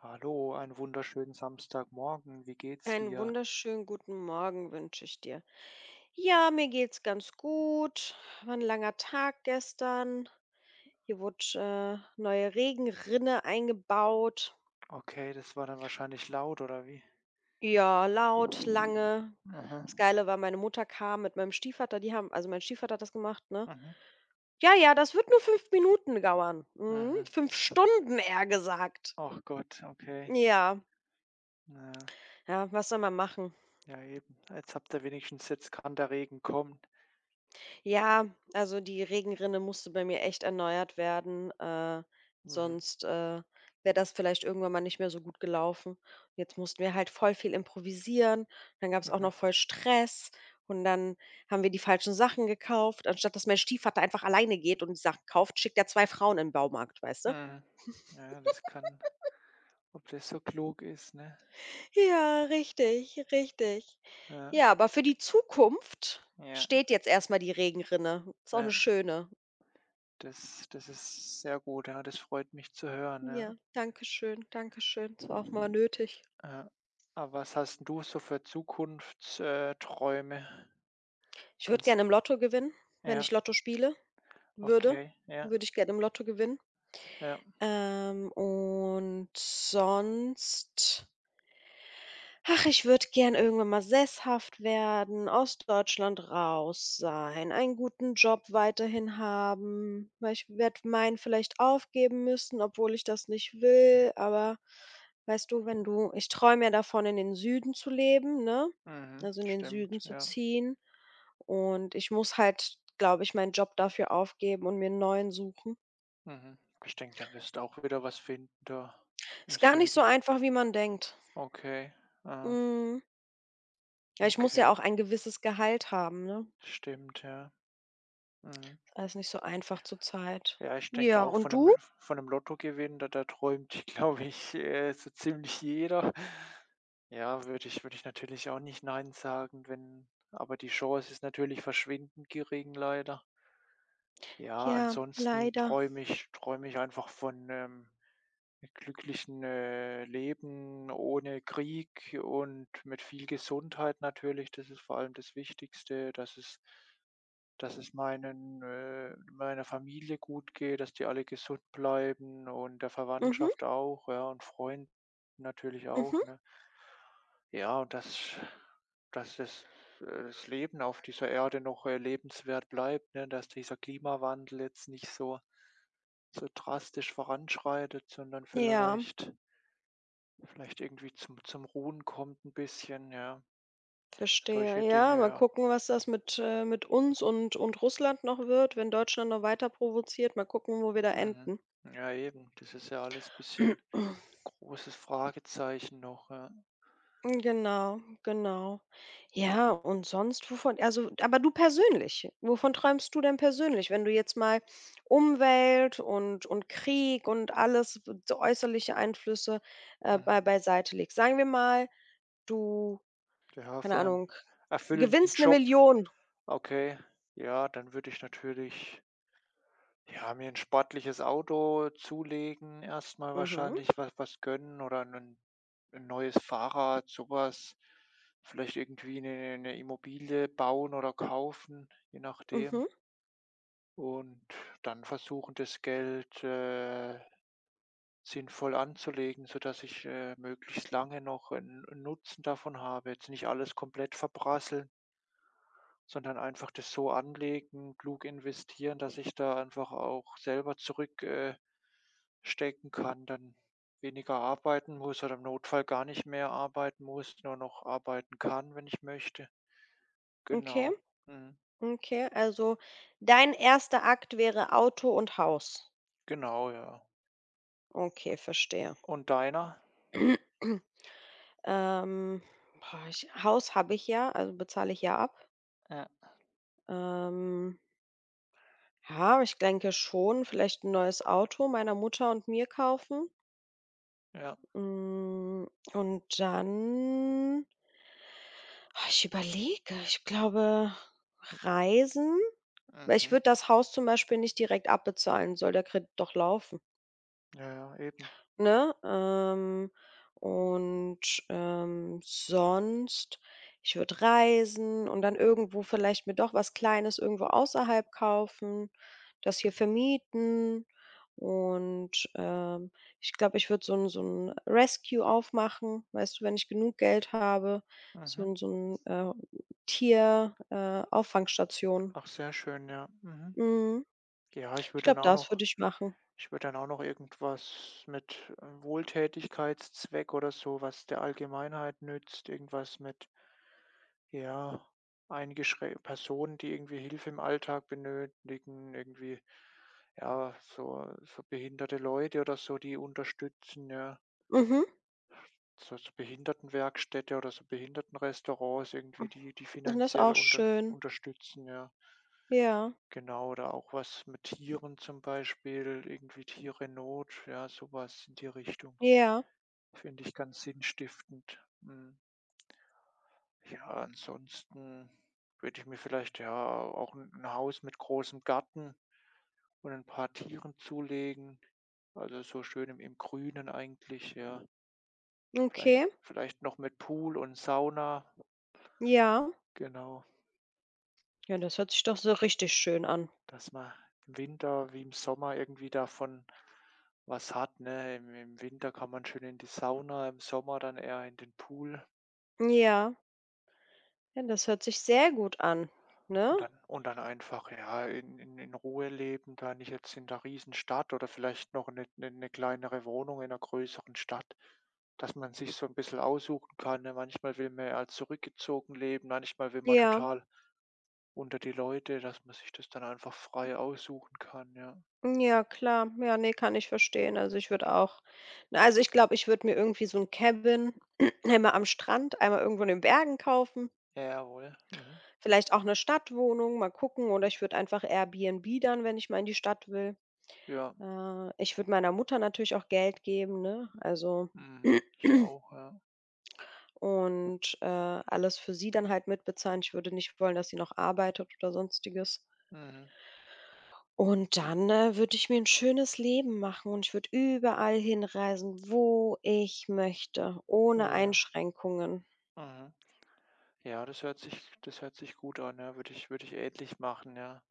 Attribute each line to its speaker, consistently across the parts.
Speaker 1: Hallo, einen wunderschönen Samstagmorgen. Wie geht's
Speaker 2: Einen
Speaker 1: dir?
Speaker 2: wunderschönen guten Morgen wünsche ich dir. Ja, mir geht's ganz gut. War 'n langer Tag gestern. Hier wurde, neue Regenrinne eingebaut.
Speaker 1: Okay, das war dann wahrscheinlich laut, oder wie?
Speaker 2: Ja, laut, lange.
Speaker 1: Aha.
Speaker 2: Das Geile war, meine Mutter kam mit meinem Stiefvater, die haben also, mein Stiefvater hat das gemacht, ne?
Speaker 1: Mhm.
Speaker 2: „Ja, ja, das wird nur 5 Minuten dauern." Mhm,
Speaker 1: Mhm.
Speaker 2: 5 Stunden eher gesagt.
Speaker 1: Ach Gott, okay.
Speaker 2: Ja,
Speaker 1: Ja,
Speaker 2: ja, was soll man machen?
Speaker 1: ja eben. Jetzt habt ihr wenigstens jetzt kann der Regen kommen.
Speaker 2: Ja, also die Regenrinne musste bei mir echt erneuert werden,
Speaker 1: Mhm.
Speaker 2: sonst, wäre das vielleicht irgendwann mal nicht mehr so gut gelaufen. Jetzt mussten wir halt voll viel improvisieren, dann gab es auch noch
Speaker 1: Mhm.
Speaker 2: voll Stress und dann haben wir die falschen Sachen gekauft. Anstatt dass mein Stiefvater einfach alleine geht und die Sachen kauft, schickt er 2 Frauen in den Baumarkt, weißt du?
Speaker 1: Mhm. Ja, das kann ob das so klug ist, ne?
Speaker 2: Ja, richtig, richtig.
Speaker 1: Ja.
Speaker 2: Ja, aber für die Zukunft
Speaker 1: Ja,
Speaker 2: steht jetzt erst mal die Regenrinne. Ist auch eine
Speaker 1: ja.
Speaker 2: schöne.
Speaker 1: Das ist sehr gut, ja. Das freut mich zu hören,
Speaker 2: Ja,
Speaker 1: ja.
Speaker 2: danke schön, danke schön. Es war auch mal nötig.
Speaker 1: Ja. Aber was hast 'n du so für Zukunftsträume?
Speaker 2: Ich würde
Speaker 1: Kannst
Speaker 2: gerne im Lotto gewinnen, wenn ich
Speaker 1: ja,
Speaker 2: Lotto spiele würde,
Speaker 1: okay, ja,
Speaker 2: würde ich gerne im Lotto gewinnen.
Speaker 1: ja.
Speaker 2: Und sonst, ach, ich würde gern irgendwann mal sesshaft werden, aus Deutschland raus sein, einen guten Job weiterhin haben, weil ich werde meinen vielleicht aufgeben müssen, obwohl ich das nicht will. Aber weißt du, wenn du, ich träume ja davon, in den Süden zu leben, ne?
Speaker 1: Mhm,
Speaker 2: Also in den Süden
Speaker 1: stimmt,
Speaker 2: zu
Speaker 1: ja.
Speaker 2: ziehen. Und ich muss halt, glaube ich, meinen Job dafür aufgeben und mir einen neuen suchen.
Speaker 1: Mhm. Ich denke, da wirst du auch wieder was finden da im
Speaker 2: Ist gar nicht so
Speaker 1: Süden.
Speaker 2: einfach, wie man denkt.
Speaker 1: Okay, ah,
Speaker 2: Mm. Ja, ich muss ja
Speaker 1: okay.
Speaker 2: auch ein gewisses Gehalt haben, ne?
Speaker 1: Stimmt, ja. Mhm.
Speaker 2: Alles nicht so einfach zurzeit.
Speaker 1: Ja, ich denke
Speaker 2: Ja,
Speaker 1: auch
Speaker 2: und
Speaker 1: von
Speaker 2: du?
Speaker 1: 'nem Lottogewinn, da da träumt, glaube ich, so ziemlich jeder. Ja, würde ich natürlich auch nicht nein sagen, wenn aber die Chance ist natürlich verschwindend gering leider. Ja,
Speaker 2: Ja,
Speaker 1: ansonsten
Speaker 2: leider.
Speaker 1: träume ich einfach von 'nem glücklichen, Leben ohne Krieg und mit viel Gesundheit natürlich. Das ist vor allem das Wichtigste, dass es meinen meiner Familie gut geht, dass die alle gesund bleiben und der
Speaker 2: Mhm,
Speaker 1: Verwandtschaft auch, ja, und Freunden natürlich
Speaker 2: mhm.
Speaker 1: auch, ne? Ja, und dass das Leben auf dieser Erde noch, lebenswert bleibt, ne? Dass dieser Klimawandel jetzt nicht so so drastisch voranschreitet, sondern
Speaker 2: Ja,
Speaker 1: vielleicht irgendwie zum Ruhen kommt ein bisschen, ja. Solche
Speaker 2: verstehe. Ja,
Speaker 1: Dinge,
Speaker 2: mal
Speaker 1: ja.
Speaker 2: gucken, was das mit, mit uns und Russland noch wird, wenn Deutschland noch weiter provoziert. Mal gucken, wo wir da
Speaker 1: Mhm.
Speaker 2: enden.
Speaker 1: Ja, eben. Das ist ja alles ein bisschen großes Fragezeichen noch, ja.
Speaker 2: Hm, genau, genau. Ja, und sonst wovon, also, aber du persönlich, wovon träumst du denn persönlich, wenn du jetzt mal Umwelt und Krieg und alles, w so äußerliche Einflüsse,
Speaker 1: Mhm.
Speaker 2: beiseite legst? Sagen wir mal, du,
Speaker 1: Ja,
Speaker 2: keine
Speaker 1: von einem
Speaker 2: Ahnung,
Speaker 1: erfüllenden
Speaker 2: gewinnst eine
Speaker 1: Job.
Speaker 2: Million.
Speaker 1: Okay, ja, dann würde ich natürlich, ja, mir ein sportliches Auto zulegen, erstmal
Speaker 2: Mhm,
Speaker 1: wahrscheinlich was gönnen oder ein 'n neues Fahrrad, sowas. Vielleicht irgendwie eine 'ne Immobilie bauen oder kaufen, je nachdem.
Speaker 2: mhm,
Speaker 1: Und dann versuchen, das Geld, sinnvoll anzulegen, sodass ich, möglichst lange noch 'n Nutzen davon habe. Jetzt nicht alles komplett verprasseln, sondern einfach das so anlegen, klug investieren, dass ich da einfach auch selber zurück stecken kann, dann weniger arbeiten muss oder im Notfall gar nicht mehr arbeiten muss, nur noch arbeiten kann, wenn ich möchte.
Speaker 2: okay,
Speaker 1: Genau. Mhm.
Speaker 2: okay. Also, dein erster Akt wäre Auto und Haus.
Speaker 1: Genau, ja.
Speaker 2: Okay, verstehe.
Speaker 1: Und deiner?
Speaker 2: Ähm, boah, ich Haus habe ich ja, also bezahle ich ja ab.
Speaker 1: Ja.
Speaker 2: Ähm, ja, aber ich denke schon, vielleicht ein neues Auto meiner Mutter und mir kaufen.
Speaker 1: Ja.
Speaker 2: Hm, und dann, ah, ich überlege. Ich glaube, Reisen, weil ich
Speaker 1: Mhm.
Speaker 2: würde das Haus zum Beispiel nicht direkt abbezahlen, soll der Kredit doch laufen.
Speaker 1: Ja, ja, eben.
Speaker 2: Ne? Und, sonst ich würde reisen und dann irgendwo vielleicht mir doch was Kleines irgendwo außerhalb kaufen, das hier vermieten. Und, ich glaube, ich würde so ein Rescue aufmachen, weißt du, wenn ich genug Geld habe, so
Speaker 1: Mhm.
Speaker 2: ein so ein äh, Tier Auffangstation.
Speaker 1: Ach, sehr schön, ja. Mhm.
Speaker 2: Mhm.
Speaker 1: Ja, ich
Speaker 2: Ich
Speaker 1: würde
Speaker 2: glaube,
Speaker 1: dann auch
Speaker 2: das
Speaker 1: noch
Speaker 2: würde ich machen.
Speaker 1: ich würde dann auch noch irgendwas mit, Wohltätigkeitszweck oder so, was der Allgemeinheit nützt, irgendwas mit, ja, eingeschrä Personen, die irgendwie Hilfe im Alltag benötigen, irgendwie, ja, so so behinderte Leute oder so, die unterstützen, ja.
Speaker 2: Mhm.
Speaker 1: So so Behindertenwerkstätte oder so Behindertenrestaurants irgendwie, die
Speaker 2: Das ist
Speaker 1: finanziell
Speaker 2: auch
Speaker 1: unter
Speaker 2: schön.
Speaker 1: unterstützen, ja.
Speaker 2: Ja,
Speaker 1: Genau, oder auch was mit Tieren zum Beispiel, irgendwie Tiere in Not, ja, sowas in die Richtung.
Speaker 2: ja,
Speaker 1: Finde ich ganz sinnstiftend. Mhm. Ja, ansonsten würde ich mir vielleicht ja auch ein 'n Haus mit großem Garten und ein paar Tieren zulegen. Also, so schön im im Grünen eigentlich, ja. Vielleicht
Speaker 2: okay.
Speaker 1: vielleicht noch mit Pool und Sauna,
Speaker 2: Ja.
Speaker 1: genau.
Speaker 2: Ja, das hört sich doch so richtig schön an.
Speaker 1: Dass man im Winter wie im Sommer irgendwie davon was hat, ne? Im im Winter kann man schön in die Sauna, im Sommer dann eher in den Pool
Speaker 2: Ja. Ja, das hört sich sehr gut an, ne?
Speaker 1: und dann einfach, ja, in Ruhe leben, da nicht jetzt in der Riesenstadt oder vielleicht noch eine 'ne kleinere Wohnung in einer größeren Stadt, dass man sich so ein bisschen aussuchen kann, ne? Manchmal will man ja zurückgezogen leben, manchmal will man
Speaker 2: Ja.
Speaker 1: total unter die Leute, dass man sich das dann einfach frei aussuchen kann, ja.
Speaker 2: Ja, klar. Ja, ne, kann ich verstehen. Also, ich würde auch, na, also, ich glaube, ich würde mir irgendwie so ein Cabin einmal am Strand, einmal irgendwo in den Bergen kaufen,
Speaker 1: Ja, jawohl. Mhm.
Speaker 2: vielleicht auch eine Stadtwohnung, mal gucken. Oder ich würde einfach Airbnb dann, wenn ich mal in die Stadt will.
Speaker 1: Ja.
Speaker 2: Ich würde meiner Mutter natürlich auch Geld geben, ne? Also
Speaker 1: Mhm. Ich auch, ja.
Speaker 2: und, alles für sie dann halt mitbezahlen. Ich würde nicht wollen, dass sie noch arbeitet oder Sonstiges.
Speaker 1: Mhm.
Speaker 2: Und dann, würde ich mir ein schönes Leben machen und ich würde überall hinreisen, wo ich möchte, ohne
Speaker 1: Oh ja.
Speaker 2: Einschränkungen.
Speaker 1: Mhm. Ja, das hört sich gut an, ja. Würde ich ähnlich machen, ja.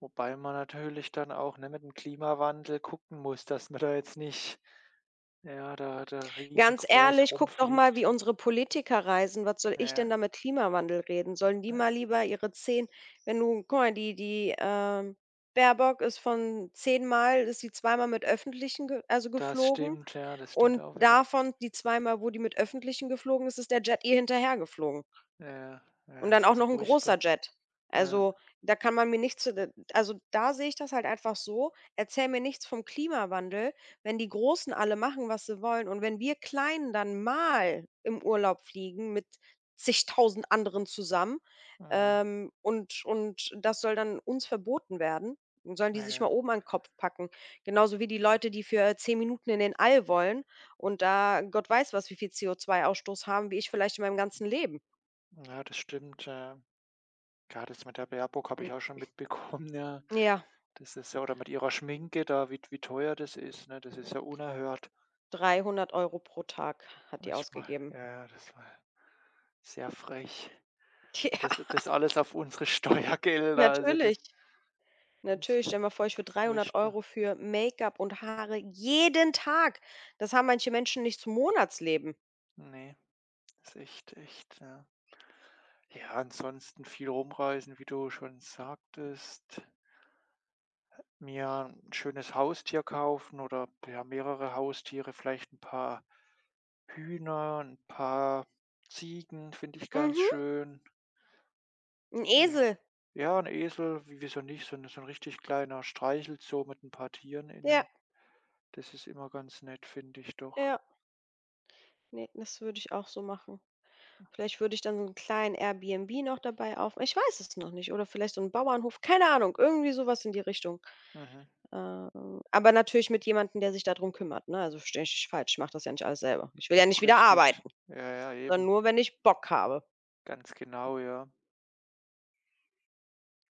Speaker 1: Wobei man natürlich dann auch, ne, mit dem Klimawandel gucken muss, dass man da jetzt nicht, ja, da da
Speaker 2: Ganz
Speaker 1: riesengroß
Speaker 2: ehrlich, guck doch mal, wie
Speaker 1: rumfliegt.
Speaker 2: unsere Politiker reisen. Was soll ich denn
Speaker 1: Ja,
Speaker 2: da mit Klimawandel reden? Sollen die
Speaker 1: äh,
Speaker 2: mal lieber ihre 10, wenn du guck mal, die Baerbock ist von 10 Mal ist sie zweimal mit Öffentlichen ge also
Speaker 1: das
Speaker 2: geflogen.
Speaker 1: stimmt, ja, das stimmt
Speaker 2: Und
Speaker 1: auch wieder.
Speaker 2: davon die zweimal, wo die mit Öffentlichen geflogen ist, ist der Jet ihr hinterhergeflogen.
Speaker 1: Ja,
Speaker 2: Und
Speaker 1: ja,
Speaker 2: dann
Speaker 1: es
Speaker 2: auch
Speaker 1: ist
Speaker 2: noch 'n großer
Speaker 1: furchtbar.
Speaker 2: Jet.
Speaker 1: Ja,
Speaker 2: Also, da kann man mir nichts zu d also, da sehe ich das halt einfach so: Erzähl mir nichts vom Klimawandel, wenn die Großen alle machen, was sie wollen und wenn wir Kleinen dann mal im Urlaub fliegen mit zigtausend anderen zusammen,
Speaker 1: mhm.
Speaker 2: ähm, und das soll dann uns verboten werden? Dann sollen die
Speaker 1: Ja,
Speaker 2: sich mal
Speaker 1: ja,
Speaker 2: oben an 'n Kopf packen. Genauso wie die Leute, die für 10 Minuten in den All wollen und da Gott weiß was, wie viel CO2-Ausstoß haben, wie ich vielleicht in meinem ganzen Leben.
Speaker 1: ja, das stimmt, ja. Ja, das mit der Baerbock habe ich auch schon mitbekommen, ja.
Speaker 2: Ja.
Speaker 1: Das ist ja oder mit ihrer Schminke da, wie wie teuer das ist, ne? Das ist ja unerhört.
Speaker 2: 300 Euro pro Tag hat die
Speaker 1: Ich mal,
Speaker 2: ausgegeben.
Speaker 1: ja, ja, das war sehr frech. Und das das alles auf unsere
Speaker 2: Ja,
Speaker 1: Steuergelder, also
Speaker 2: natürlich.
Speaker 1: das ist
Speaker 2: Natürlich. Stell dir mal vor, ich würde 300
Speaker 1: furchtbar.
Speaker 2: Euro für Make-up und Haare jeden Tag. Das haben manche Menschen nicht zum Monatsleben.
Speaker 1: Ne, ist echt echt, ja. Ja, ansonsten viel rumreisen, wie du schon sagtest, mir ein schönes Haustier kaufen oder, ja, mehrere Haustiere, vielleicht ein paar Hühner, ein paar Ziegen finde ich ganz
Speaker 2: Mhm,
Speaker 1: schön.
Speaker 2: 'n
Speaker 1: Ja,
Speaker 2: Esel.
Speaker 1: ja, 'n Esel, wie wieso nicht? So 'n so ein richtig kleiner streichel so mit ein paar Tieren
Speaker 2: Ja,
Speaker 1: innen. Das ist immer ganz nett, finde ich doch.
Speaker 2: ja. Ne, das würde ich auch so machen. Vielleicht würde ich dann so einen kleinen Airbnb noch dabei aufm ich weiß es noch nicht. Oder vielleicht so einen Bauernhof, keine Ahnung, irgendwie sowas in die Richtung.
Speaker 1: Mhm,
Speaker 2: Aber natürlich mit jemandem, der sich darum kümmert, ne? Also, verstehe mich nicht falsch, ich mache das ja nicht alles selber. Ich will ja nicht wieder
Speaker 1: richtig.
Speaker 2: arbeiten.
Speaker 1: Ja, ja,
Speaker 2: Sondern
Speaker 1: eben.
Speaker 2: nur, wenn ich Bock habe.
Speaker 1: Ganz genau, ja.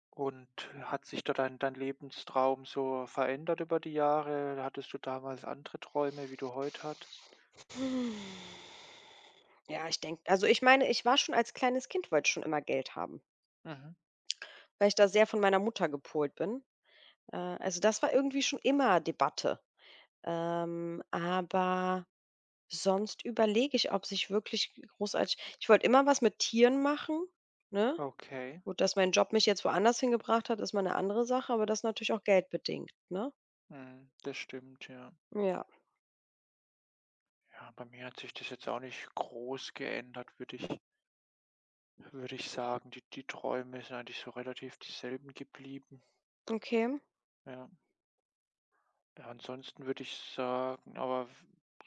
Speaker 1: Und hat sich da dein Lebenstraum so verändert über die Jahre? Hattest du damals andere Träume, wie du heute hattest?
Speaker 2: Hm. Ja, ich denke, also, ich meine, ich war schon als kleines Kind wollte ich schon immer Geld haben,
Speaker 1: Mhm,
Speaker 2: weil ich da sehr von meiner Mutter gepolt bin. Also, das war irgendwie schon immer Debatte. Aber sonst überlege ich, ob sich wirklich großartig, ich wollte immer was mit Tieren machen, ne?
Speaker 1: okay.
Speaker 2: Gut, dass mein Job mich jetzt woanders hingebracht hat, ist mal eine andere Sache, aber das ist natürlich auch geldbedingt, ne?
Speaker 1: Mhm, das stimmt, ja.
Speaker 2: Ja,
Speaker 1: Ja, bei mir hat sich das jetzt auch nicht groß geändert, würde ich würde ich sagen, die Träume sind eigentlich so relativ dieselben geblieben,
Speaker 2: okay.
Speaker 1: ja. Ja, Ansonsten würde ich sagen aber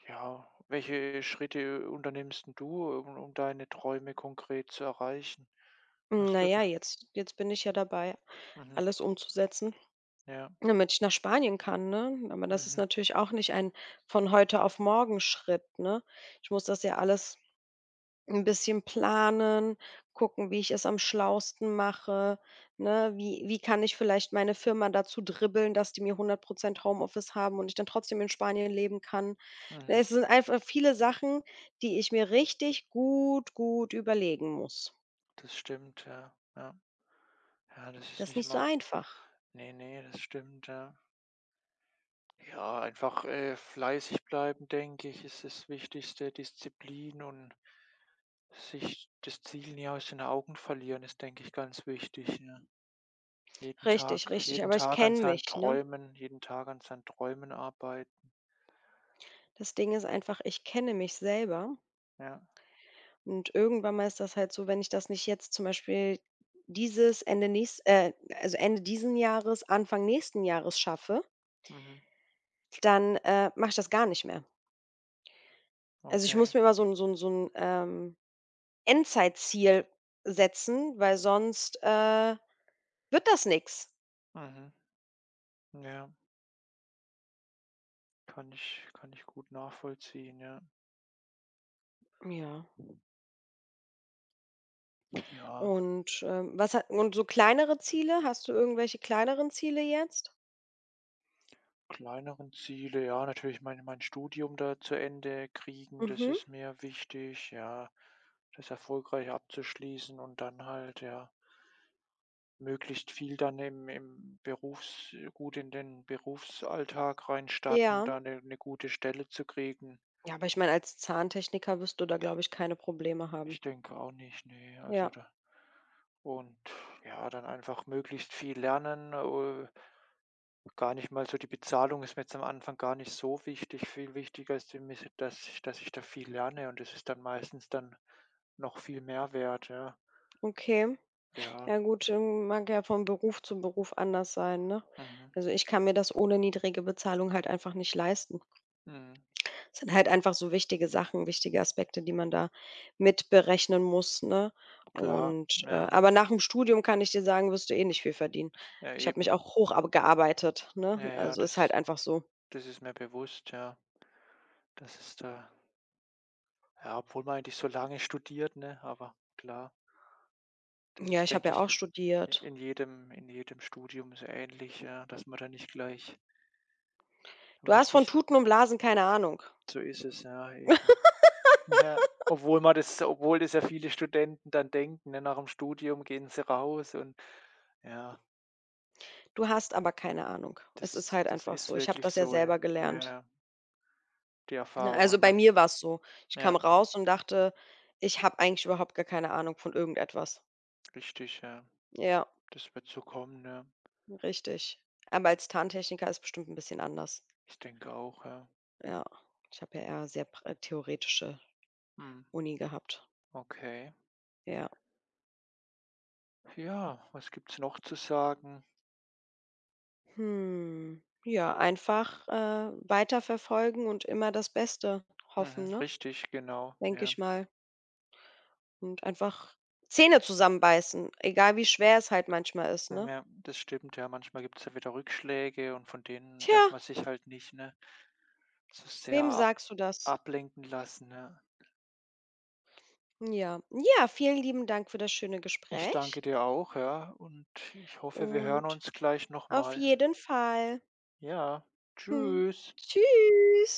Speaker 1: ja, welche Schritte unternimmst 'n du, um deine Träume konkret zu erreichen?
Speaker 2: Hm,
Speaker 1: Hast
Speaker 2: na
Speaker 1: du
Speaker 2: ja,
Speaker 1: da
Speaker 2: jetzt bin ich ja dabei,
Speaker 1: mhm,
Speaker 2: alles umzusetzen.
Speaker 1: ja,
Speaker 2: Damit ich nach Spanien kann, ne? Aber das ist
Speaker 1: mhm,
Speaker 2: natürlich auch nicht ein von heute auf morgen Schritt, ne? Ich muss das ja alles ein bisschen planen, gucken, wie ich es am schlausten mache, ne? Wie kann ich vielleicht meine Firma dazu dribbeln, dass die mir 100% Homeoffice haben und ich dann trotzdem in Spanien leben kann? Ne,
Speaker 1: mhm.
Speaker 2: es sind einfach viele Sachen, die ich mir richtig gut, gut überlegen muss.
Speaker 1: Das stimmt, ja, ja. Ja, das ist
Speaker 2: Das ist
Speaker 1: nicht
Speaker 2: nicht so
Speaker 1: mal
Speaker 2: einfach.
Speaker 1: nee nee das stimmt, ja. Ja, einfach, fleißig bleiben, denke ich, ist das Wichtigste. Disziplin und sich das Ziel nie aus den Augen verlieren, ist, denke ich, ganz wichtig, ja.
Speaker 2: Richtig, richtig,
Speaker 1: Jeden
Speaker 2: aber ich
Speaker 1: Tag an
Speaker 2: kenne
Speaker 1: seinen
Speaker 2: mich, ne?
Speaker 1: Träumen jeden Tag an seinen Träumen arbeiten.
Speaker 2: Das Ding ist einfach, ich kenne mich selber.
Speaker 1: Ja,
Speaker 2: Und irgendwann mal ist das halt so, wenn ich das nicht jetzt zum Beispiel dieses Ende nächst also Ende diesen Jahres, Anfang nächsten Jahres schaffe,
Speaker 1: mhm,
Speaker 2: dann, mache ich das gar nicht mehr. Also, ich
Speaker 1: okay.
Speaker 2: muss mir immer so ein Endzeitziel setzen, weil sonst, wird das nichts.
Speaker 1: Mhm. Ja, kann ich gut nachvollziehen, ja.
Speaker 2: Ja.
Speaker 1: Ja.
Speaker 2: Und, was ha und so kleinere Ziele? Hast du irgendwelche kleineren Ziele jetzt?
Speaker 1: Kleineren Ziele, ja, natürlich mein Studium da zu Ende kriegen, das
Speaker 2: Mhm.
Speaker 1: ist mir wichtig, ja, das erfolgreich abzuschließen und dann halt, ja, möglichst viel dann im im Berufs gut in den Berufsalltag reinstarten,
Speaker 2: Ja.
Speaker 1: da eine 'ne gute Stelle zu kriegen.
Speaker 2: Ja, aber ich meine, als Zahntechniker wirst du da, glaube ich, keine Probleme haben.
Speaker 1: Ich denke auch nicht, ne.
Speaker 2: Ja,
Speaker 1: Also, da und ja, dann einfach möglichst viel lernen, gar nicht mal so die Bezahlung ist mir jetzt am Anfang gar nicht so wichtig. Viel wichtiger ist mir, dass ich da viel lerne und das ist dann meistens dann noch viel mehr wert, ja.
Speaker 2: okay.
Speaker 1: Ja,
Speaker 2: Ja gut, mag ja von Beruf zu Beruf anders sein, ne?
Speaker 1: mhm,
Speaker 2: Also, ich kann mir das ohne niedrige Bezahlung halt einfach nicht leisten.
Speaker 1: mhm,
Speaker 2: Es sind halt einfach so wichtige Sachen, wichtige Aspekte, die man da mitberechnen muss, ne?
Speaker 1: klar,
Speaker 2: Und,
Speaker 1: ja.
Speaker 2: aber nach dem Studium kann ich dir sagen, wirst du eh nicht viel verdienen.
Speaker 1: Ja,
Speaker 2: Ich habe mich
Speaker 1: eben.
Speaker 2: auch hoch ab gearbeitet, ne?
Speaker 1: Ja, ja,
Speaker 2: Also, ist halt
Speaker 1: das
Speaker 2: einfach so.
Speaker 1: das ist mir bewusst, ja. Das ist da ja, obwohl man eigentlich so lange studiert, ne, aber klar. Das
Speaker 2: Ja,
Speaker 1: ist,
Speaker 2: ich habe
Speaker 1: denke
Speaker 2: ja
Speaker 1: ich,
Speaker 2: auch studiert.
Speaker 1: in jedem Studium so ähnlich, ja, dass man da nicht gleich
Speaker 2: Du hast von
Speaker 1: wichtig
Speaker 2: Tuten und Blasen keine Ahnung.
Speaker 1: so ist es, ja, eben. Ja, obwohl man das obwohl das ja viele Studenten dann denken, ne, nach dem Studium gehen sie raus und ja,
Speaker 2: Du hast aber keine Ahnung. Es ist
Speaker 1: das
Speaker 2: halt
Speaker 1: das
Speaker 2: einfach so.
Speaker 1: ist
Speaker 2: Ich habe
Speaker 1: wirklich
Speaker 2: das ja
Speaker 1: so,
Speaker 2: selber
Speaker 1: ja,
Speaker 2: gelernt.
Speaker 1: ja, die
Speaker 2: Ne,
Speaker 1: Erfahrung oder
Speaker 2: also, bei
Speaker 1: man
Speaker 2: mir war es so. Ich kam
Speaker 1: ja,
Speaker 2: raus und dachte: „Ich habe eigentlich überhaupt gar keine Ahnung von irgendetwas."
Speaker 1: richtig, ja.
Speaker 2: Ja,
Speaker 1: Das wird so kommen, ne?
Speaker 2: richtig. Aber als Tarntechniker ist bestimmt ein bisschen anders.
Speaker 1: Ich denke auch, ja.
Speaker 2: Ja, ich habe ja eher sehr pra theoretische
Speaker 1: Mhm,
Speaker 2: Uni gehabt.
Speaker 1: okay.
Speaker 2: Ja.
Speaker 1: Ja, was gibt's noch zu sagen?
Speaker 2: Hm, ja, einfach, weiterverfolgen und immer das Beste
Speaker 1: Mhm,
Speaker 2: hoffen, ne,
Speaker 1: richtig, genau,
Speaker 2: denke ich
Speaker 1: ja.
Speaker 2: mal. Und einfach Zähne zusammenbeißen, egal wie schwer es halt manchmal ist, ne?
Speaker 1: Ja, das stimmt, ja. Manchmal gibt es ja wieder Rückschläge und von denen
Speaker 2: Tja,
Speaker 1: darf man sich halt nicht, ne, so sehr
Speaker 2: wem
Speaker 1: ab
Speaker 2: sagst du das?
Speaker 1: ablenken lassen, ja.
Speaker 2: Ja. Ja, vielen lieben Dank für das schöne
Speaker 1: Ich
Speaker 2: Gespräch
Speaker 1: danke dir auch, ja, und ich hoffe, wir hören
Speaker 2: und
Speaker 1: uns gleich noch
Speaker 2: auf
Speaker 1: mal.
Speaker 2: jeden Fall.
Speaker 1: Ja,
Speaker 2: Hm.
Speaker 1: tschüss.
Speaker 2: Tschüss.